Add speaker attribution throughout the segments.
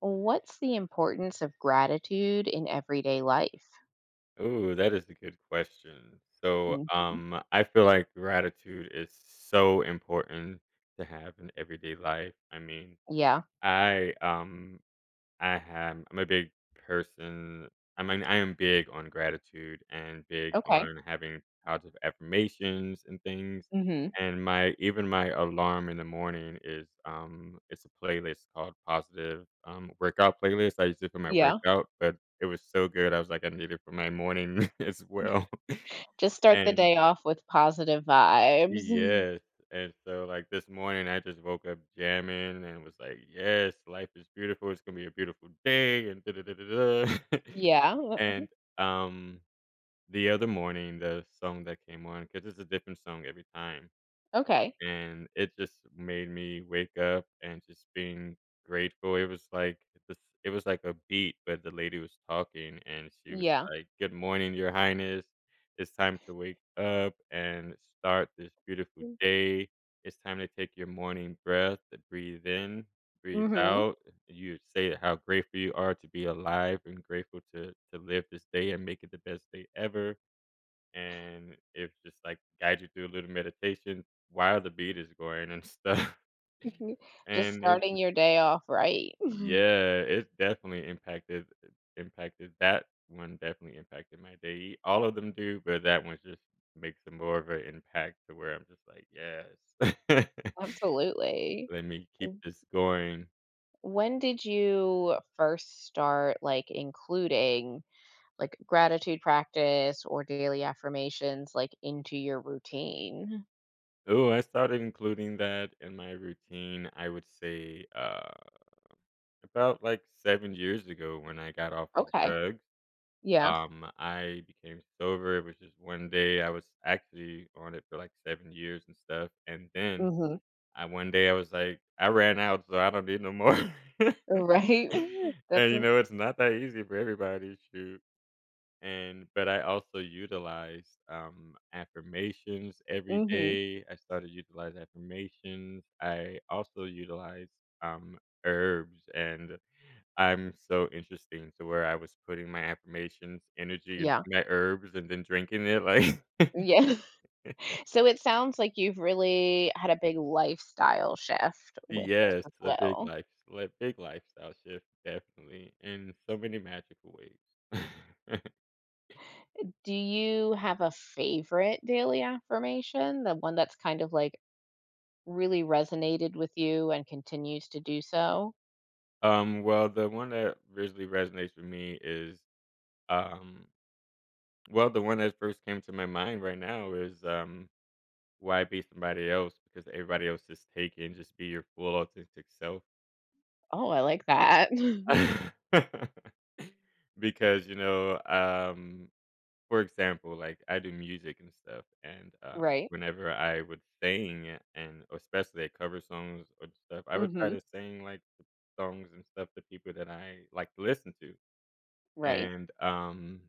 Speaker 1: What's the importance of gratitude in everyday life?
Speaker 2: Ooh, that is a good question. So,
Speaker 1: Mhm.
Speaker 2: I feel like gratitude is so important to have in everyday life. I mean,
Speaker 1: Yeah.
Speaker 2: I um I have I'm a big person I mean, I am big on gratitude and big
Speaker 1: Okay.
Speaker 2: on having positive affirmations and things,
Speaker 1: Mhm.
Speaker 2: and my even my alarm in the morning it's a playlist called Positive, Workout Playlist. I use it for my
Speaker 1: Yeah.
Speaker 2: workout, but it was so good, I was like, "I need it for my morning as well,"
Speaker 1: Just start the
Speaker 2: and
Speaker 1: day off with positive vibes.
Speaker 2: yes, and so, like, this morning, I just woke up jamming and was like, "Yes, life is beautiful, it's gonna be a beautiful day," and da da da da da.
Speaker 1: Yeah.
Speaker 2: And, um, the other morning, the song that came on, because it's a different song every time,
Speaker 1: Okay.
Speaker 2: and it just made me wake up and just being grateful. It was like this it was like a beat, but the lady was talking and she was
Speaker 1: Yeah.
Speaker 2: like, "Good morning, your highness. It's time to wake up and start this beautiful day. It's time to take your morning breath, breathe in, breathe
Speaker 1: Mhm.
Speaker 2: out. You say how grateful you are to be alive and grateful to live this day and make it the best day ever." And it just like guide you through a little meditation while the beat is going and stuff.
Speaker 1: Just
Speaker 2: and it was
Speaker 1: starting
Speaker 2: just
Speaker 1: your day off right.
Speaker 2: Yeah, it definitely impacted that one definitely impacted my day. All of them do, but that one just makes a more of an impact to where I'm just like, yes,
Speaker 1: Absolutely.
Speaker 2: let me keep
Speaker 1: W-
Speaker 2: this going.
Speaker 1: When did you first start like including like gratitude practice or daily affirmations like into your routine?
Speaker 2: Oh, I started including that in my routine. I would say about like 7 years ago when I got off of
Speaker 1: Okay.
Speaker 2: drugs.
Speaker 1: Yeah.
Speaker 2: I became sober. It was just one day, I was actually on it for, like, 7 years and stuff, and then
Speaker 1: Mhm.
Speaker 2: I one day I was like, "I ran out, so I don't need no more."
Speaker 1: Right?
Speaker 2: And,
Speaker 1: That's
Speaker 2: you
Speaker 1: a
Speaker 2: know, it's not that easy for everybody, shoot, and but I also utilized, affirmations every
Speaker 1: mhm.
Speaker 2: day. I started utilize affirmations. I also utilized, um, herbs, and I'm so interesting to where I was putting my affirmations, energy, into
Speaker 1: Yeah.
Speaker 2: my herbs and then drinking it, like,
Speaker 1: Yeah. So it sounds like you've really had a big lifestyle shift with this
Speaker 2: yes,
Speaker 1: as
Speaker 2: a big
Speaker 1: well.
Speaker 2: life like, big lifestyle shift, definitely, in so many magical ways.
Speaker 1: Do you have a favorite daily affirmation? The one that's kind of like really resonated with you and continues to do so?
Speaker 2: Well, the one that really resonates with me is, um well, the one that first came to my mind right now is, "Why be somebody else? Because everybody else is taken. Just be your full authentic self."
Speaker 1: Oh, I like that.
Speaker 2: Because, for example, like, I do music and stuff, and
Speaker 1: Right.
Speaker 2: whenever I would sing, and especially at cover songs or stuff, I would try
Speaker 1: Mhm.
Speaker 2: to sing like the songs and stuff to people that I like to listen to.
Speaker 1: Right.
Speaker 2: And,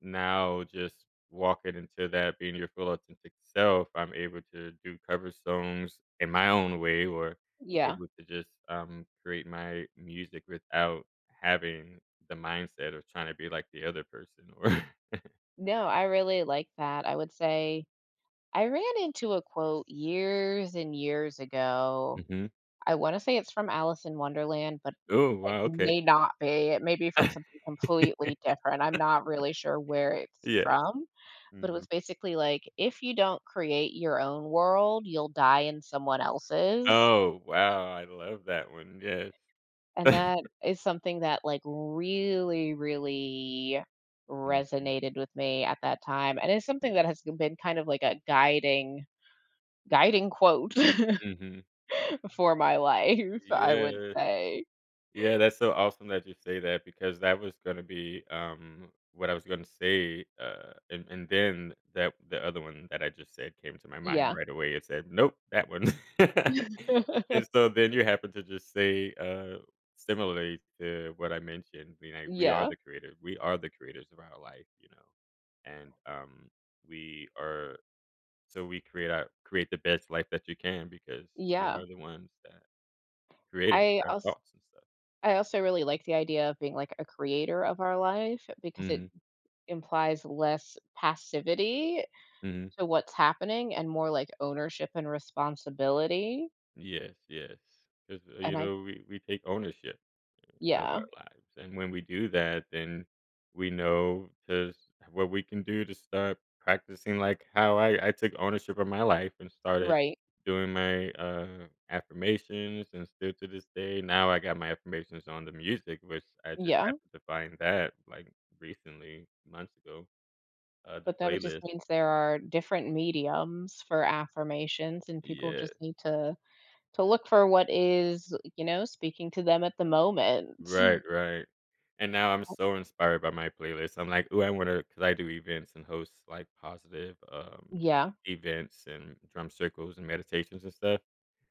Speaker 2: now just walking into that, being your full authentic self, I'm able to do cover songs in my own way, or
Speaker 1: Yeah.
Speaker 2: able to just, create my music without having the mindset of trying to be like the other person or
Speaker 1: No, I really like that. I would say I ran into a quote years and years ago.
Speaker 2: Mhm.
Speaker 1: I wanna say it's from Alice in Wonderland, but
Speaker 2: Oh,
Speaker 1: it
Speaker 2: wow, okay.
Speaker 1: may not be. It may be from something completely different. I'm not really sure where it's
Speaker 2: Yes.
Speaker 1: from, but it
Speaker 2: Mhm.
Speaker 1: was basically like, "If you don't create your own world, you'll die in someone else's."
Speaker 2: Oh, wow, I love that one, yes.
Speaker 1: And that is something that, like, really, really
Speaker 2: Mhm.
Speaker 1: resonated with me at that time, and it's something
Speaker 2: Yeah.
Speaker 1: that has been kind of like a guiding quote
Speaker 2: Mhm.
Speaker 1: for my life, I would
Speaker 2: Yes.
Speaker 1: say.
Speaker 2: Yeah, that's so awesome that you say that, because that was going to be what I was going to say, and, then that the other one that I just said came to my mind
Speaker 1: Yeah.
Speaker 2: right away. It said, "Nope, that one." And so then you happen to just say, similarly to what I mentioned. You know, we are
Speaker 1: Yeah.
Speaker 2: the creative. We are the creators of our life, you know, and we are so we create our create the best life that you can, because we
Speaker 1: Yeah.
Speaker 2: are the ones that created
Speaker 1: I
Speaker 2: our
Speaker 1: also
Speaker 2: thoughts and stuff.
Speaker 1: I also really like the idea of being, like, a creator of our life because it
Speaker 2: Hmm
Speaker 1: implies less passivity
Speaker 2: hmm
Speaker 1: to what's happening and more, like, ownership and responsibility,
Speaker 2: Yes, yes, because
Speaker 1: and I
Speaker 2: we take ownership, of
Speaker 1: yeah,
Speaker 2: our lives, and when we do that, then we know to s what we can do to start practicing, like, how I took ownership of my life and started
Speaker 1: right,
Speaker 2: doing my, affirmations, and still to this day, now I got my affirmations on the music, which I just
Speaker 1: yeah,
Speaker 2: happened to find that, like, recently, months ago, the
Speaker 1: but that would just
Speaker 2: playlist.
Speaker 1: means there are different mediums for affirmations, and people
Speaker 2: Yeah.
Speaker 1: just need to look for what is, speaking to them at the moment.
Speaker 2: Right, right. And now I'm so inspired by my playlist. I'm like, "Ooh, I wanna," to, 'cause I do events and host, like, positive,
Speaker 1: Yeah.
Speaker 2: events and drum circles and meditations and stuff,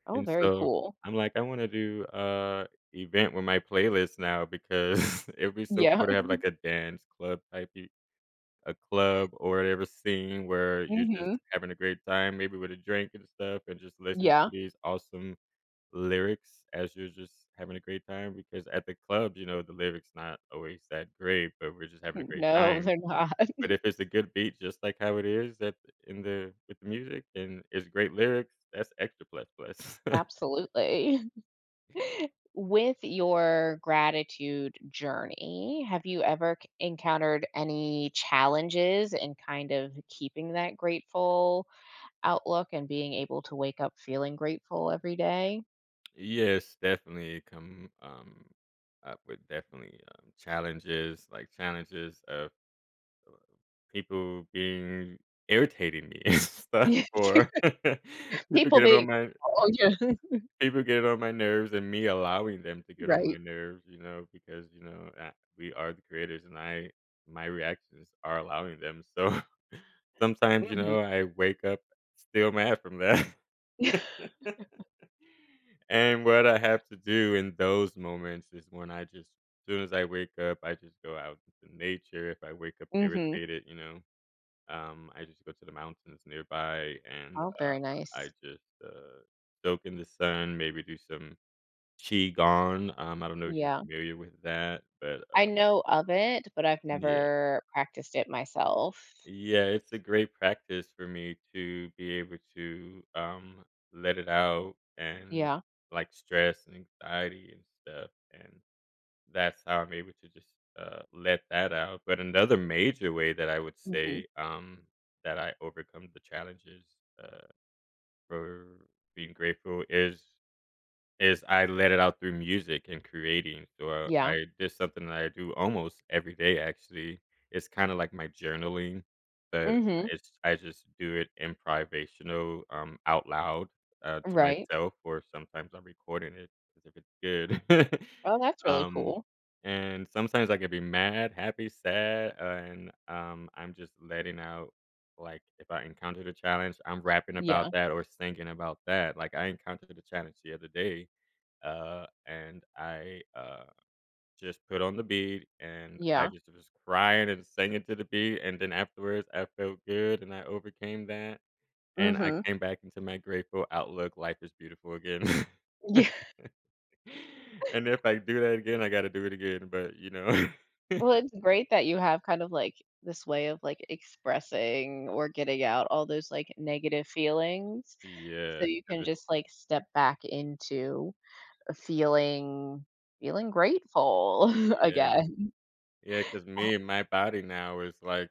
Speaker 1: Oh,
Speaker 2: and
Speaker 1: very
Speaker 2: so
Speaker 1: cool.
Speaker 2: I'm like, "I wanna do a event with my playlist now," because it'd be so
Speaker 1: Yeah.
Speaker 2: cool to have, like, a dance club type e a club or whatever scene where you're just
Speaker 1: Mhm.
Speaker 2: having a great time, maybe with a drink and stuff, and just listen to
Speaker 1: Yeah.
Speaker 2: these awesome lyrics as you're just having a great time, because at the club, the lyrics not always that great, but we're just having a great
Speaker 1: No,
Speaker 2: time.
Speaker 1: they're not.
Speaker 2: But if it's a good beat, just like how it is, that in the with the music and it's great lyrics, that's extra plus plus.
Speaker 1: Absolutely. With your gratitude journey, have you ever encountered any challenges in kind of keeping that grateful outlook and being able to wake up feeling grateful every day?
Speaker 2: Yes, definitely come up with definitely challenges, like challenges of people being irritating me and stuff,
Speaker 1: Yeah,
Speaker 2: or people
Speaker 1: people
Speaker 2: getting on
Speaker 1: being,
Speaker 2: my
Speaker 1: oh, yeah,
Speaker 2: people get on my nerves, and me allowing them to get on my
Speaker 1: right.
Speaker 2: nerves, you know, because, we are the creators, and I my reactions are allowing them. So sometimes,
Speaker 1: Hmm.
Speaker 2: I wake up still mad from that. And what I have to do in those moments is, when I just as soon as I wake up, I just go out into nature. If I wake up
Speaker 1: Hmm.
Speaker 2: irritated, I just go to the mountains nearby, and
Speaker 1: Oh, very
Speaker 2: I
Speaker 1: nice.
Speaker 2: just soak in the sun, maybe do some Qigong. I don't know if you're
Speaker 1: Yeah.
Speaker 2: familiar with that, but,
Speaker 1: I know of it, but I've
Speaker 2: yeah.
Speaker 1: never practiced it myself.
Speaker 2: Yeah, it's a great practice for me to be able to, let it out, and,
Speaker 1: Yeah.
Speaker 2: like, stress and anxiety and stuff, and that's how I'm able to just, let that out. But another major way that I would
Speaker 1: Hmm.
Speaker 2: say, that I overcome the challenges, uh, for being grateful is I let it out through music and creating, so
Speaker 1: Yeah.
Speaker 2: I did something that I do almost every day, actually. It's kinda like my journaling, but
Speaker 1: Hmm.
Speaker 2: it's I just do it in privational, out loud, to
Speaker 1: Right.
Speaker 2: myself, or sometimes I'm recording it because if it's good.
Speaker 1: Oh, that's really
Speaker 2: Um,
Speaker 1: cool.
Speaker 2: and sometimes I could be mad, happy, sad, and, I'm just letting out, like, if I encountered a challenge, I'm rapping about
Speaker 1: Yeah,
Speaker 2: that or singing about that. Like, I encountered a challenge the other day, and I just put on the beat, and I
Speaker 1: yeah.
Speaker 2: just was crying and singing to the beat. And then afterwards, I felt good, and I overcame that, and I
Speaker 1: Mhm.
Speaker 2: came back into my grateful outlook. Life is beautiful again.
Speaker 1: Yeah.
Speaker 2: And if I do that again, I got to do it again. But you know,
Speaker 1: Well, it's great that you have kind of, like, this way of, like, expressing or getting out all those, like, negative feelings, so
Speaker 2: yeah,
Speaker 1: you
Speaker 2: 'cause
Speaker 1: can
Speaker 2: if-
Speaker 1: just, like, step back into a feeling grateful
Speaker 2: yeah,
Speaker 1: again.
Speaker 2: yeah, because my body now is like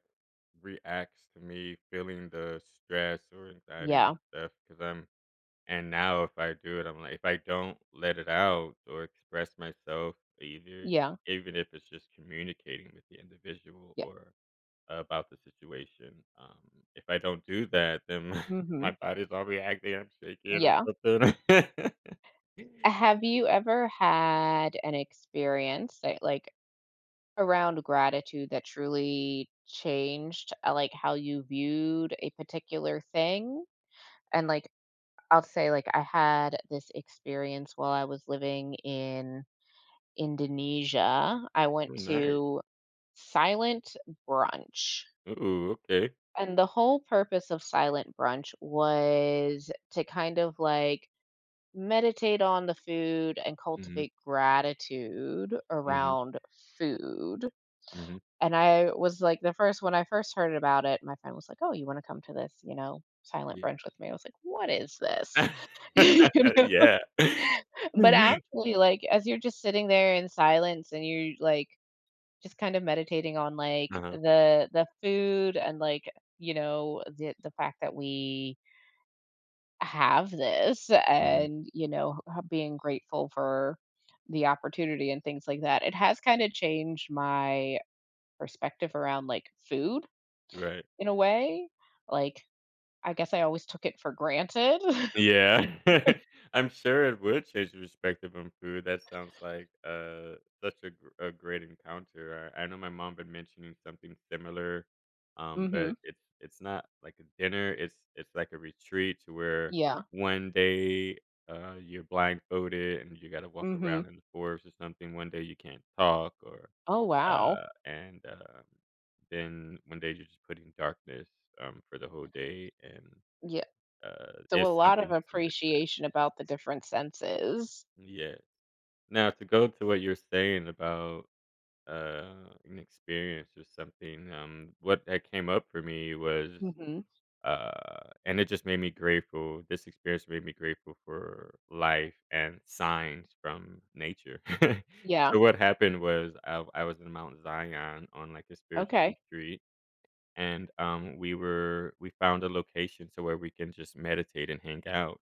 Speaker 2: reacts to me feeling the stress or anxiety and
Speaker 1: Yeah,
Speaker 2: stuff, because I'm And now if I do it, I'm like, if I don't let it out or express myself, either,
Speaker 1: yeah,
Speaker 2: even if it's just communicating with the individual
Speaker 1: yeah.
Speaker 2: or about the situation, if I don't do that, then my my
Speaker 1: Mhm.
Speaker 2: body's all reacting. I'm shaking or
Speaker 1: Yeah.
Speaker 2: something.
Speaker 1: Have you ever had an experience that, like, around gratitude that truly changed, like, how you viewed a particular thing? And, like, I'll say, like, I had this experience while I was living in Indonesia. I went
Speaker 2: Nice.
Speaker 1: to silent brunch,
Speaker 2: Ooh, okay.
Speaker 1: and the whole purpose of silent brunch was to kind of, like, meditate on the food and
Speaker 2: Hmm.
Speaker 1: cultivate gratitude
Speaker 2: Hmm.
Speaker 1: around food.
Speaker 2: Hmm.
Speaker 1: And I was like the first when I first heard about it, my friend was like, "Oh, you wanna come to this, silent
Speaker 2: Yeah.
Speaker 1: brunch with me?" I was like, "What is this?" You know?
Speaker 2: Yeah.
Speaker 1: But actually, like, as you're just sitting there in silence and you're, like, just kind of meditating on, like,
Speaker 2: Uh-huh.
Speaker 1: the food and, like, the fact that we have this
Speaker 2: Hmm.
Speaker 1: and, h being grateful for the opportunity and things like that, it has kinda changed my perspective around, like, food.
Speaker 2: Right.
Speaker 1: In a way. Like, I guess I always took it for granted.
Speaker 2: Yeah. I'm sure it would change your perspective on food. That sounds like, such a great encounter. I know my mom been mentioning something similar, but
Speaker 1: Mhm.
Speaker 2: it's not like a dinner, it's like a retreat to where
Speaker 1: Yeah.
Speaker 2: one day, you're blindfolded and you gotta walk
Speaker 1: Mhm.
Speaker 2: around in the forest or something. One day you can't talk, or,
Speaker 1: Oh, wow.
Speaker 2: and then one day you're just put in darkness, for the whole day, and,
Speaker 1: Yeah. So a
Speaker 2: it's
Speaker 1: lot of
Speaker 2: something similar to that.
Speaker 1: appreciation about the different senses.
Speaker 2: Yeah. Now, to go to what you're saying about an experience or something, what that came up for me was,
Speaker 1: Mhm.
Speaker 2: and it just made me grateful. This experience made me grateful for life and signs from nature.
Speaker 1: Yeah.
Speaker 2: So what happened was, I was in Mount Zion on like a spiritual
Speaker 1: Okay.
Speaker 2: retreat, and we found a location to where we can just meditate and hang out,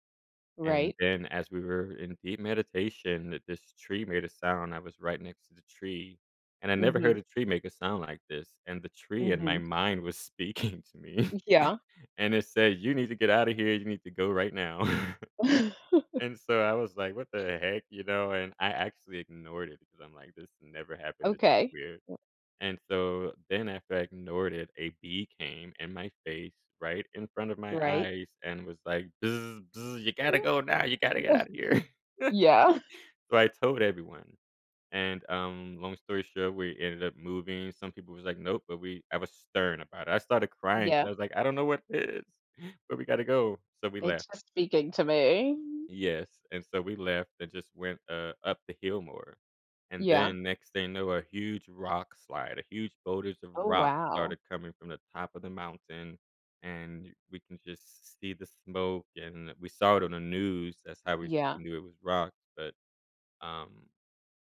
Speaker 2: and
Speaker 1: Right.
Speaker 2: then as we were in deep meditation, th this tree made a sound. I was right next to the tree, and I never
Speaker 1: Mhm.
Speaker 2: heard a tree make a sound like this, and the tree in my
Speaker 1: Mhm.
Speaker 2: mind was speaking to me,
Speaker 1: Yeah.
Speaker 2: and it said, "You need to get out of here, you need to go right now." And so I was like, "What the heck?" You know, and I actually ignored it because I'm like, "This never happened, this is
Speaker 1: Okay.
Speaker 2: weird." And so then after I ignored it, a bee came in my face right in front of my
Speaker 1: Right.
Speaker 2: eyes and was like, "Bzz, bzz, you gotta go now. You gotta get out of here." So
Speaker 1: Yeah.
Speaker 2: I told everyone. And long story short, we ended up moving. Some people was like, nope, but we I was stern about it. I started crying because
Speaker 1: Yeah.
Speaker 2: I was like, I don't know what it is, but we gotta go. So we
Speaker 1: It's
Speaker 2: left.
Speaker 1: just speaking to me.
Speaker 2: Yes, and so we left and just went, up the hill more, and
Speaker 1: Yeah.
Speaker 2: then next thing you know, a huge rock slide, a huge boulders of
Speaker 1: Oh,
Speaker 2: rock
Speaker 1: wow.
Speaker 2: started coming from the top of the mountain, and we can just see the smoke, and we saw it on the news, that's how
Speaker 1: Yeah.
Speaker 2: we knew it was rocks, but, um,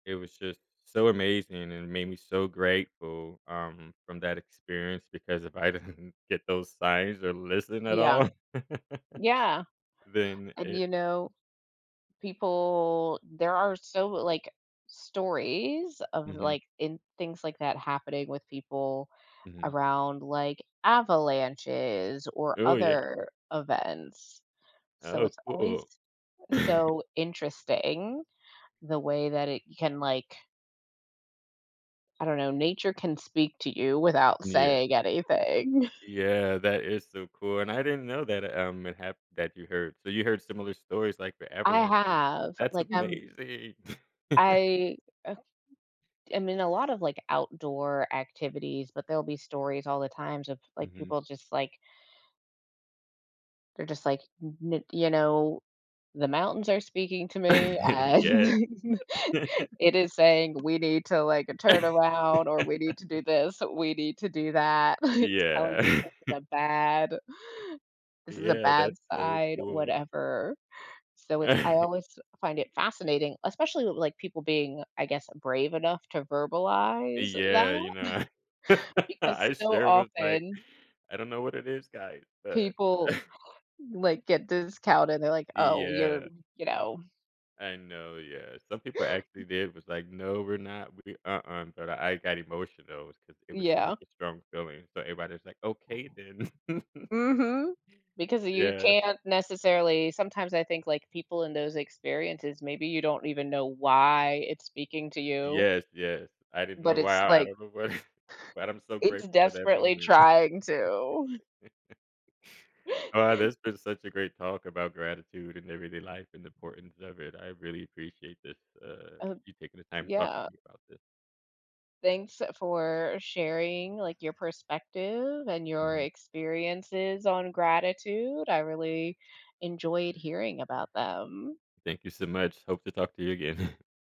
Speaker 2: it was just so amazing and made me so grateful, from that experience, because if I didn't get those signs or listen at
Speaker 1: Yeah.
Speaker 2: all,
Speaker 1: Yeah.
Speaker 2: then
Speaker 1: And,
Speaker 2: it
Speaker 1: people there are so like stories of
Speaker 2: Mhm,
Speaker 1: like in things like that happening with people
Speaker 2: mhm.
Speaker 1: around like avalanches or
Speaker 2: Oh, yeah.
Speaker 1: other events. So
Speaker 2: Oh,
Speaker 1: it's always
Speaker 2: cool.
Speaker 1: so interesting the way that it can like I don't know, nature can speak to you without
Speaker 2: Yeah.
Speaker 1: saying anything.
Speaker 2: Yeah, that is so cool, and I didn't know that, it happened that you heard. So you heard similar stories, like, for
Speaker 1: I
Speaker 2: avalanches.
Speaker 1: have
Speaker 2: That's
Speaker 1: like
Speaker 2: amazing.
Speaker 1: I uh, I'm in a lot of like outdoor activities, but there'll be stories all the times of like
Speaker 2: Mhm.
Speaker 1: people just like they're just like, "N the mountains are speaking to me, and
Speaker 2: Yeah.
Speaker 1: it is saying we need to, like, turn around, or we need to do this, we need to do that." It's telling me
Speaker 2: Yeah.
Speaker 1: this is a
Speaker 2: Yeah,
Speaker 1: bad
Speaker 2: that's so
Speaker 1: side,
Speaker 2: cool.
Speaker 1: whatever. So it's I always find it fascinating, especially with, like, people being, I guess, brave enough to verbalize
Speaker 2: Yeah, you
Speaker 1: that,
Speaker 2: know,
Speaker 1: because
Speaker 2: I
Speaker 1: so
Speaker 2: sure was like,
Speaker 1: often
Speaker 2: "I don't know what it is, guys," but
Speaker 1: people, like, get discounted. They're like, "Oh, you're"
Speaker 2: yeah.
Speaker 1: you know.
Speaker 2: I know, yeah. Some people actually did was like, "No, we're not. We uh-uh," but I got emotional because it was such
Speaker 1: Yeah.
Speaker 2: a strong feeling. So everybody was like, "Okay, then."
Speaker 1: Mhm. Because you
Speaker 2: Yeah.
Speaker 1: can't necessarily sometimes I think, like, people in those experiences, maybe you don't even know why it's speaking to you,
Speaker 2: Yes, yes. I didn't know
Speaker 1: but
Speaker 2: why.
Speaker 1: it's,
Speaker 2: I
Speaker 1: like,
Speaker 2: don't know what but I'm so
Speaker 1: it's
Speaker 2: grateful for that
Speaker 1: desperately
Speaker 2: moment.
Speaker 1: trying to.
Speaker 2: Wow, this has been such a great talk about gratitude and everyday life and the importance of it. I really appreciate this,
Speaker 1: Uh,
Speaker 2: you taking the time to talk
Speaker 1: yeah.
Speaker 2: to me about this.
Speaker 1: Thanks for sharing, like, your perspective and your
Speaker 2: Mhm.
Speaker 1: experiences on gratitude. I really enjoyed hearing about them.
Speaker 2: Thank you so much. Hope to talk to you again.